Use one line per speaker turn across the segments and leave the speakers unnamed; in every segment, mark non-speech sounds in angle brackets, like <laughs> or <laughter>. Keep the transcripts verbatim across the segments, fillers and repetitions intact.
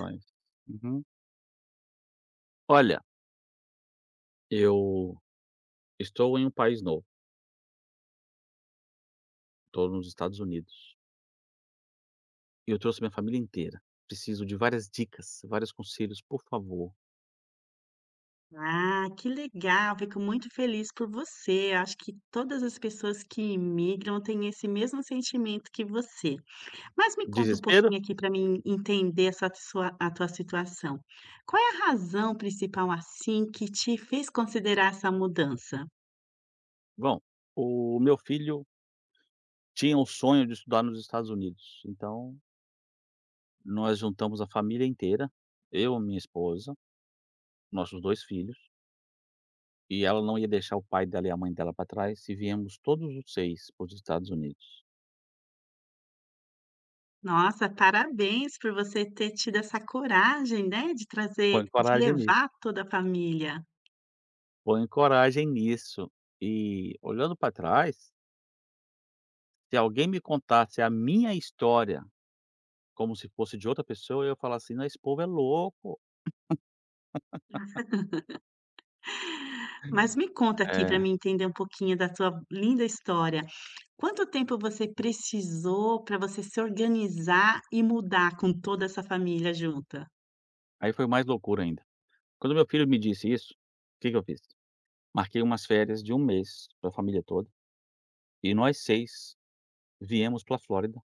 Mas uhum. Olha, eu estou em um país novo, estou nos Estados Unidos, e eu trouxe minha família inteira. Preciso de várias dicas, vários conselhos, por favor.
Ah, que legal! Fico muito feliz por você. Acho que todas as pessoas que imigram têm esse mesmo sentimento que você. Mas me conta um
Desespero?
pouquinho aqui para mim entender essa sua, a tua situação. Qual é a razão principal assim que te fez considerar essa mudança?
Bom, o meu filho tinha o sonho de estudar nos Estados Unidos, então nós juntamos a família inteira, eu, minha esposa, nossos dois filhos, e ela não ia deixar o pai dela e a mãe dela para trás, e viemos todos os seis para os Estados Unidos.
Nossa, parabéns por você ter tido essa coragem, né, de trazer,
Põe
de
coragem nisso.
levar toda a família.
Ponho coragem nisso. E olhando para trás, se alguém me contasse a minha história como se fosse de outra pessoa, eu ia falar assim: "Não, esse povo é louco".
Mas me conta aqui para
É,
mim entender um pouquinho da tua linda história. Quanto tempo você precisou para você se organizar e mudar com toda essa família junta?
aí foi mais loucura ainda. Quando meu filho me disse isso, o que que eu fiz? Marquei umas férias de um mês para a família toda, e nós seis viemos para a Flórida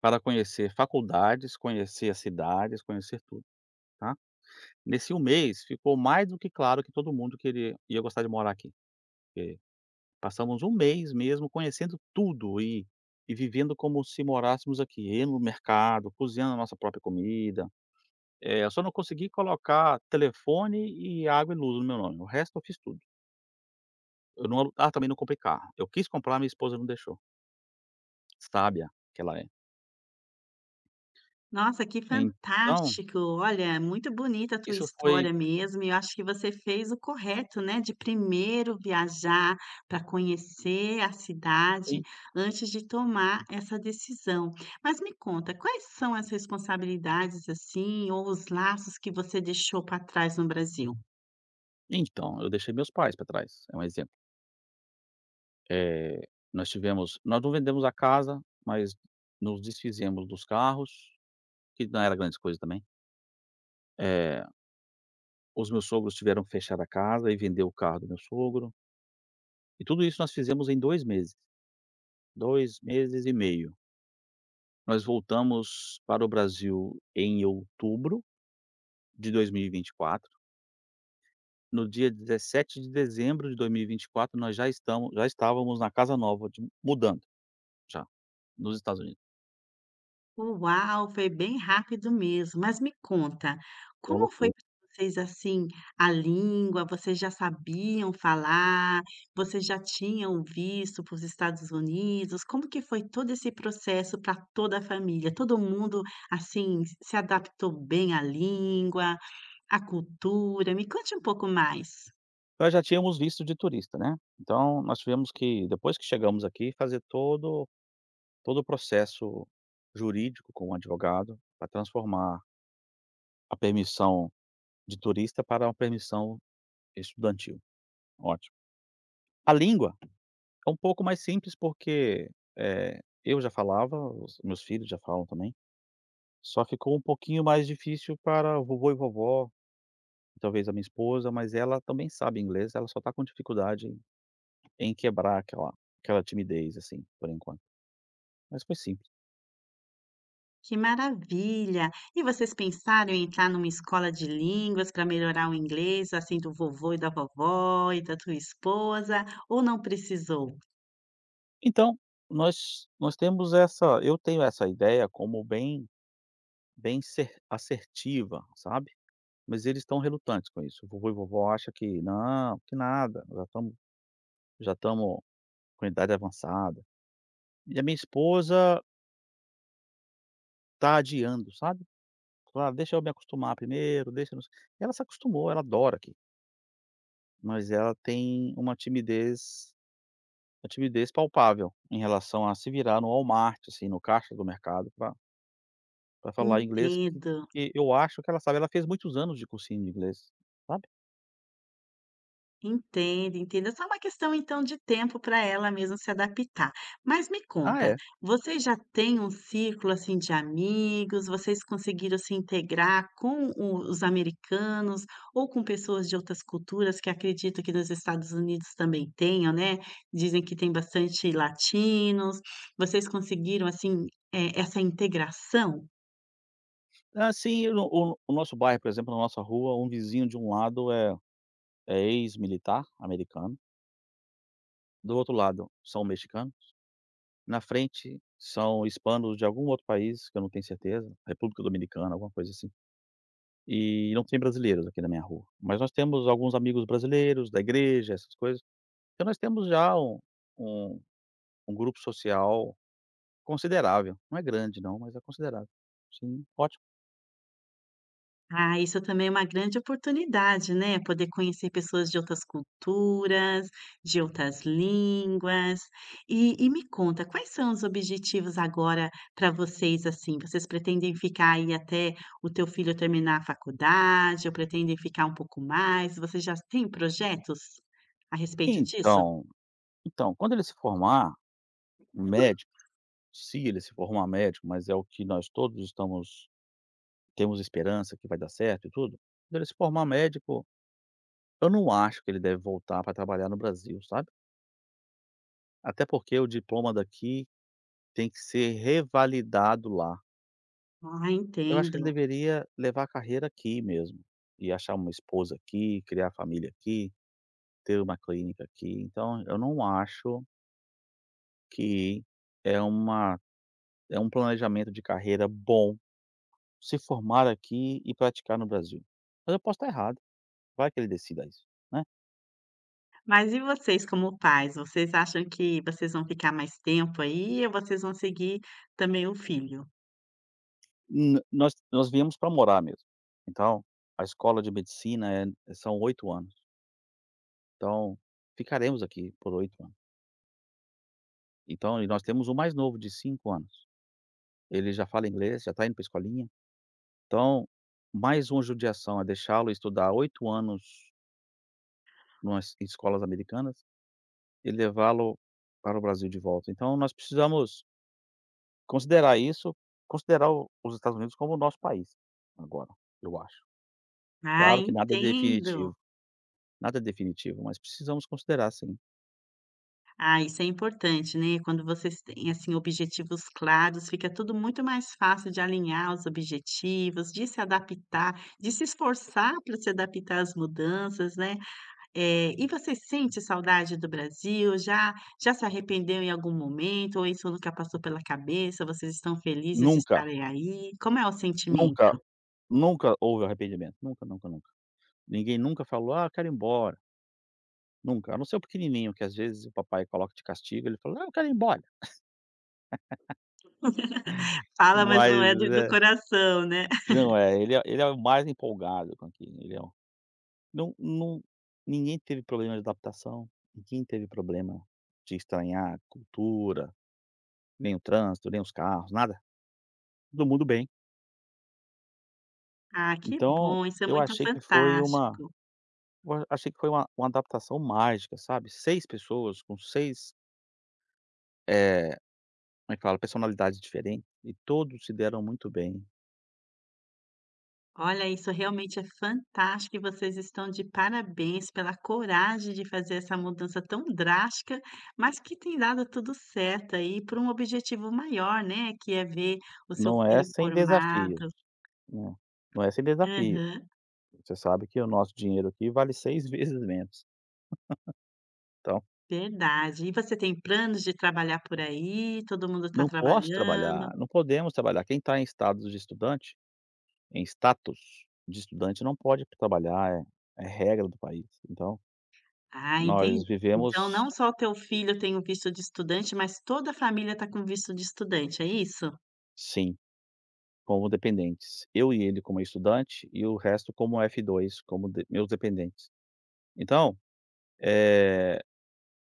para conhecer faculdades, conhecer as cidades, conhecer tudo, tá. Nesse um mês ficou mais do que claro que todo mundo queria ia gostar de morar aqui. Passamos um mês mesmo conhecendo tudo e e vivendo como se morássemos aqui, indo no mercado, cozinhando a nossa própria comida. Eh, eu só não consegui colocar telefone e água e luz no meu nome, o resto eu fiz tudo. Eu não alu ah, Também não comprei carro. Eu quis comprar, minha esposa não deixou, sábia que ela é.
Nossa, que
Então,
fantástico! Olha, muito bonita a tua
isso
história
foi
mesmo, e eu acho que você fez o correto, né, de primeiro viajar para conhecer a cidade
em
antes de tomar essa decisão. Mas me conta, quais são as responsabilidades assim, ou os laços que você deixou para trás no Brasil?
então, eu deixei meus pais para trás, é um exemplo. Eh, nós tivemos nós não vendemos a casa, mas nos desfizemos dos carros, que não era grandes coisa também. Eh Os meus sogros tiveram que fechar a casa e vender o carro do meu sogro. E tudo isso nós fizemos em dois meses, dois meses e meio. Nós voltamos para o Brasil em outubro de dois mil e vinte e quatro. No dia dezessete de dezembro de dois mil e vinte e quatro, nós já estamos já estávamos na casa nova de mudando já, nos Estados Unidos.
Uau, foi bem rápido mesmo. Mas me conta,
Uma
como foi
loucura.
para vocês, assim, a língua? Vocês já sabiam falar? Vocês já tinham visto para os Estados Unidos? Como que foi todo esse processo para toda a família? Todo mundo, assim, se adaptou bem à língua, à cultura? Me conte um pouco mais.
Nós já tínhamos visto de turista, né. Então nós tivemos que, depois que chegamos aqui, fazer todo todo o processo jurídico com o advogado para transformar a permissão de turista para uma permissão estudantil. Ótimo. A língua é um pouco mais simples porque, eh, eu já falava, os meus filhos já falam também, só ficou um pouquinho mais difícil para vovô e vovó, talvez a minha esposa, mas ela também sabe inglês, ela só está com dificuldade em em quebrar aquela aquela timidez, assim, por enquanto, mas foi simples.
Que maravilha! E vocês pensaram em entrar numa escola de línguas para melhorar o inglês, assim, do vovô e da vovó e da tua esposa, ou não precisou?
Então, nós nós temos essa eu tenho essa ideia como bem bem cer assertiva, sabe? Mas eles estão relutantes com isso. O vovô e vovó acha que: "Não, que nada, já estamos já estamos com idade avançada". E a minha esposa tá adiando, sabe. Fala: "Ah, deixa eu me acostumar primeiro, deixa eu não sei". Ela se acostumou, ela adora aqui, mas ela tem uma timidez uma timidez palpável em relação a se virar no Walmart, assim, no caixa do mercado para para falar inglês, que
Entendo.
que eu acho que ela sabe. Ela fez muitos anos de cursinho de inglês, sabe.
Entendo, entendo. É só uma questão então de tempo para ela mesmo se adaptar. Mas me
Ah,
conta,
é,
vocês já têm um círculo assim de amigos? Vocês conseguiram se integrar com o os americanos ou com pessoas de outras culturas que acredito que nos Estados Unidos também tenham, né? Dizem que tem bastante latinos. Vocês conseguiram assim, eh, essa integração?
assim, o o o nosso bairro, por exemplo, na nossa rua, um vizinho de um lado é é ex-militar americano, do outro lado são mexicanos, na frente são hispanos de algum outro país, que eu não tenho certeza, República Dominicana, alguma coisa assim. E não tem brasileiros aqui na minha rua, mas nós temos alguns amigos brasileiros da igreja, essas coisas. Então nós temos já um um um grupo social considerável, não é grande não, mas é considerável. Sim, ótimo.
Ah, isso também é uma grande oportunidade, né? Poder conhecer pessoas de outras culturas, de outras línguas. E, e me conta, quais são os objetivos agora para vocês assim? Vocês pretendem ficar aí até o teu filho terminar a faculdade, ou pretendem ficar um pouco mais? Vocês já têm projetos a respeito disso?
Então então, quando ele se formar um médico se ele se formar médico, mas é o que nós todos estamos temos esperança que vai dar certo e tudo, quando ele se formar médico, eu não acho que ele deve voltar para trabalhar no Brasil, sabe. Até porque o diploma daqui tem que ser revalidado lá.
Ah,
Eu acho que ele
entendo.
deveria levar a carreira aqui mesmo, e achar uma esposa aqui, criar família aqui, ter uma clínica aqui. Então eu não acho que é uma é um planejamento de carreira bom se formar aqui e praticar no Brasil. Mas eu posso estar errado, vai que ele decida isso, né.
Mas e vocês, como pais, vocês acham que vocês vão ficar mais tempo aí ou vocês vão seguir também o filho?
N nós nós viemos para morar mesmo, então a escola de medicina é são oito anos, então ficaremos aqui por oito anos. Então e nós temos o mais novo de cinco anos, ele já fala inglês, já está indo para escolinha, então mais uma judiação é deixá-lo estudar oito anos numas escolas americanas e levá-lo para o Brasil de volta. Então nós precisamos Considerar isso considerar o os Estados Unidos como o nosso país, agora, eu acho.
Ah,
Claro que nada é definitivo,
entendo.
nada é definitivo, mas precisamos considerar sim.
Ah, isso é importante, né, quando vocês têm, assim, objetivos claros, fica tudo muito mais fácil de alinhar os objetivos, de se adaptar, de se esforçar para se adaptar às mudanças, né. Eh, e você sente saudade do Brasil? Já já se arrependeu em algum momento ou isso nunca passou pela cabeça? Vocês estão felizes de
Nunca,
estarem aí? Como é o
nunca,
sentimento?
nunca houve arrependimento, nunca, nunca, nunca. Ninguém nunca falou: "Ah, eu quero ir embora", nunca, a não ser o pequenininho que às vezes o papai coloca de castigo, ele fala: "Ah, eu quero ir embora",
Fala, mas
mas,
não é do do
eh,
coração, né. <laughs>
não é, ele é ele é o mais empolgado com aquilo, ele é o não não ninguém teve problema de adaptação, ninguém teve problema de estranhar a cultura. Nem o trânsito, nem os carros, nada, todo mundo bem.
Ah, que
Então,
bom, isso é
eu
muito
achei que foi uma
fantástico.
eu a- achei que foi uma uma adaptação mágica, sabe, seis pessoas com seis eh, como é que fala, personalidades diferentes e todos se deram muito bem.
Olha, isso realmente é fantástico e vocês estão de parabéns pela coragem de fazer essa mudança tão drástica, mas que tem dado tudo certo aí para um objetivo maior, né, que é ver o seu
Não é
filho
sem desafios,
formado.
né, não é sem desafio.
Aham,
Você sabe que o nosso dinheiro aqui vale seis <laughs> vezes menos. Então,
verdade. E você tem planos de trabalhar por aí? Todo mundo está
não posso
trabalhando?
trabalhar, não podemos trabalhar. Quem está em status de estudante, em status de estudante não pode trabalhar, é é regra do país, então
Ah, entendi.
nós
Então
vivemos,
não só o teu filho tem o visto de estudante, mas toda a família está com visto de estudante, é isso?
sim, como dependentes. Eu e ele como estudante e o resto como f dois como de meus dependentes. Então, eh,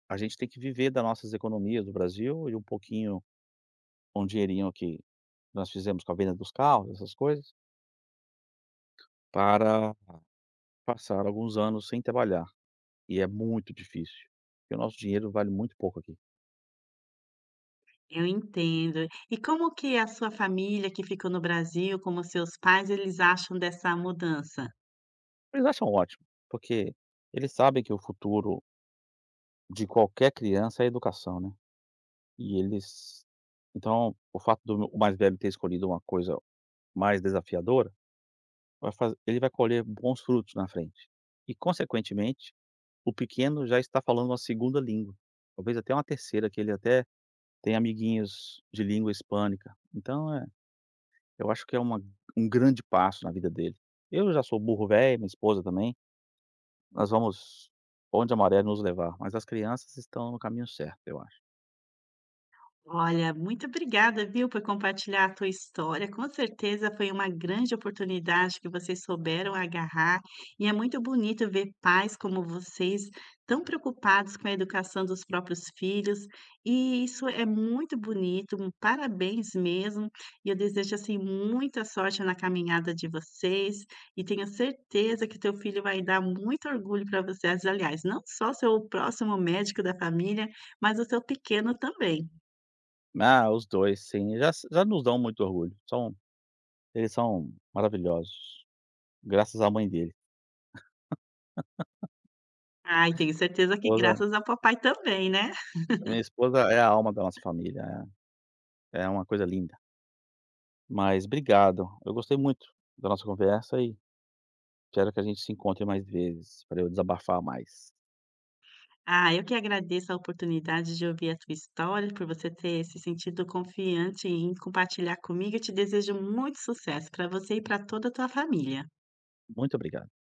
a gente tem que viver das nossas economias do Brasil e um pouquinho um dinheirinho que nós fizemos com a venda dos carros, essas coisas, para passar alguns anos sem trabalhar, e é muito difícil, porque o nosso dinheiro vale muito pouco aqui.
Eu entendo. E como que a sua família que ficou no Brasil, como seus pais, eles acham dessa mudança?
Eles acham ótimo, porque eles sabem que o futuro de qualquer criança é a educação, né. E eles Então, o fato do meu o mais velho ter escolhido uma coisa mais desafiadora, vai faz ele vai colher bons frutos na frente. E, consequentemente, o pequeno já está falando uma segunda língua, talvez até uma terceira, que ele até tem amiguinhos de língua hispânica. Então é, eu acho que é uma um grande passo na vida dele. Eu já sou burro velho, minha esposa também, nós vamos onde a maré nos levar, mas as crianças estão no caminho certo, eu acho.
Olha, muito obrigada, viu, por compartilhar a tua história. Com certeza foi uma grande oportunidade que vocês souberam agarrar, e é muito bonito ver pais como vocês tão preocupados com a educação dos próprios filhos, e isso é muito bonito, um parabéns mesmo, e eu desejo, assim, muita sorte na caminhada de vocês, e tenho certeza que teu filho vai dar muito orgulho para vocês, aliás, não só ser o próximo médico da família, mas o seu pequeno também.
Ah, os dois sim, já s já nos dão muito orgulho, são eles são maravilhosos, graças à mãe dele.
Ai, tenho certeza que
Esposa
graças ao papai também, né.
Minha esposa é a alma da nossa família, é é uma coisa linda. Mas obrigado, eu gostei muito da nossa conversa e espero que a gente se encontre mais vezes, para eu desabafar mais.
Ah, eu que agradeço a oportunidade de ouvir a tua história, por você ter se sentido confiante em compartilhar comigo e te desejo muito sucesso para você e para toda a tua família.
Muito obrigado.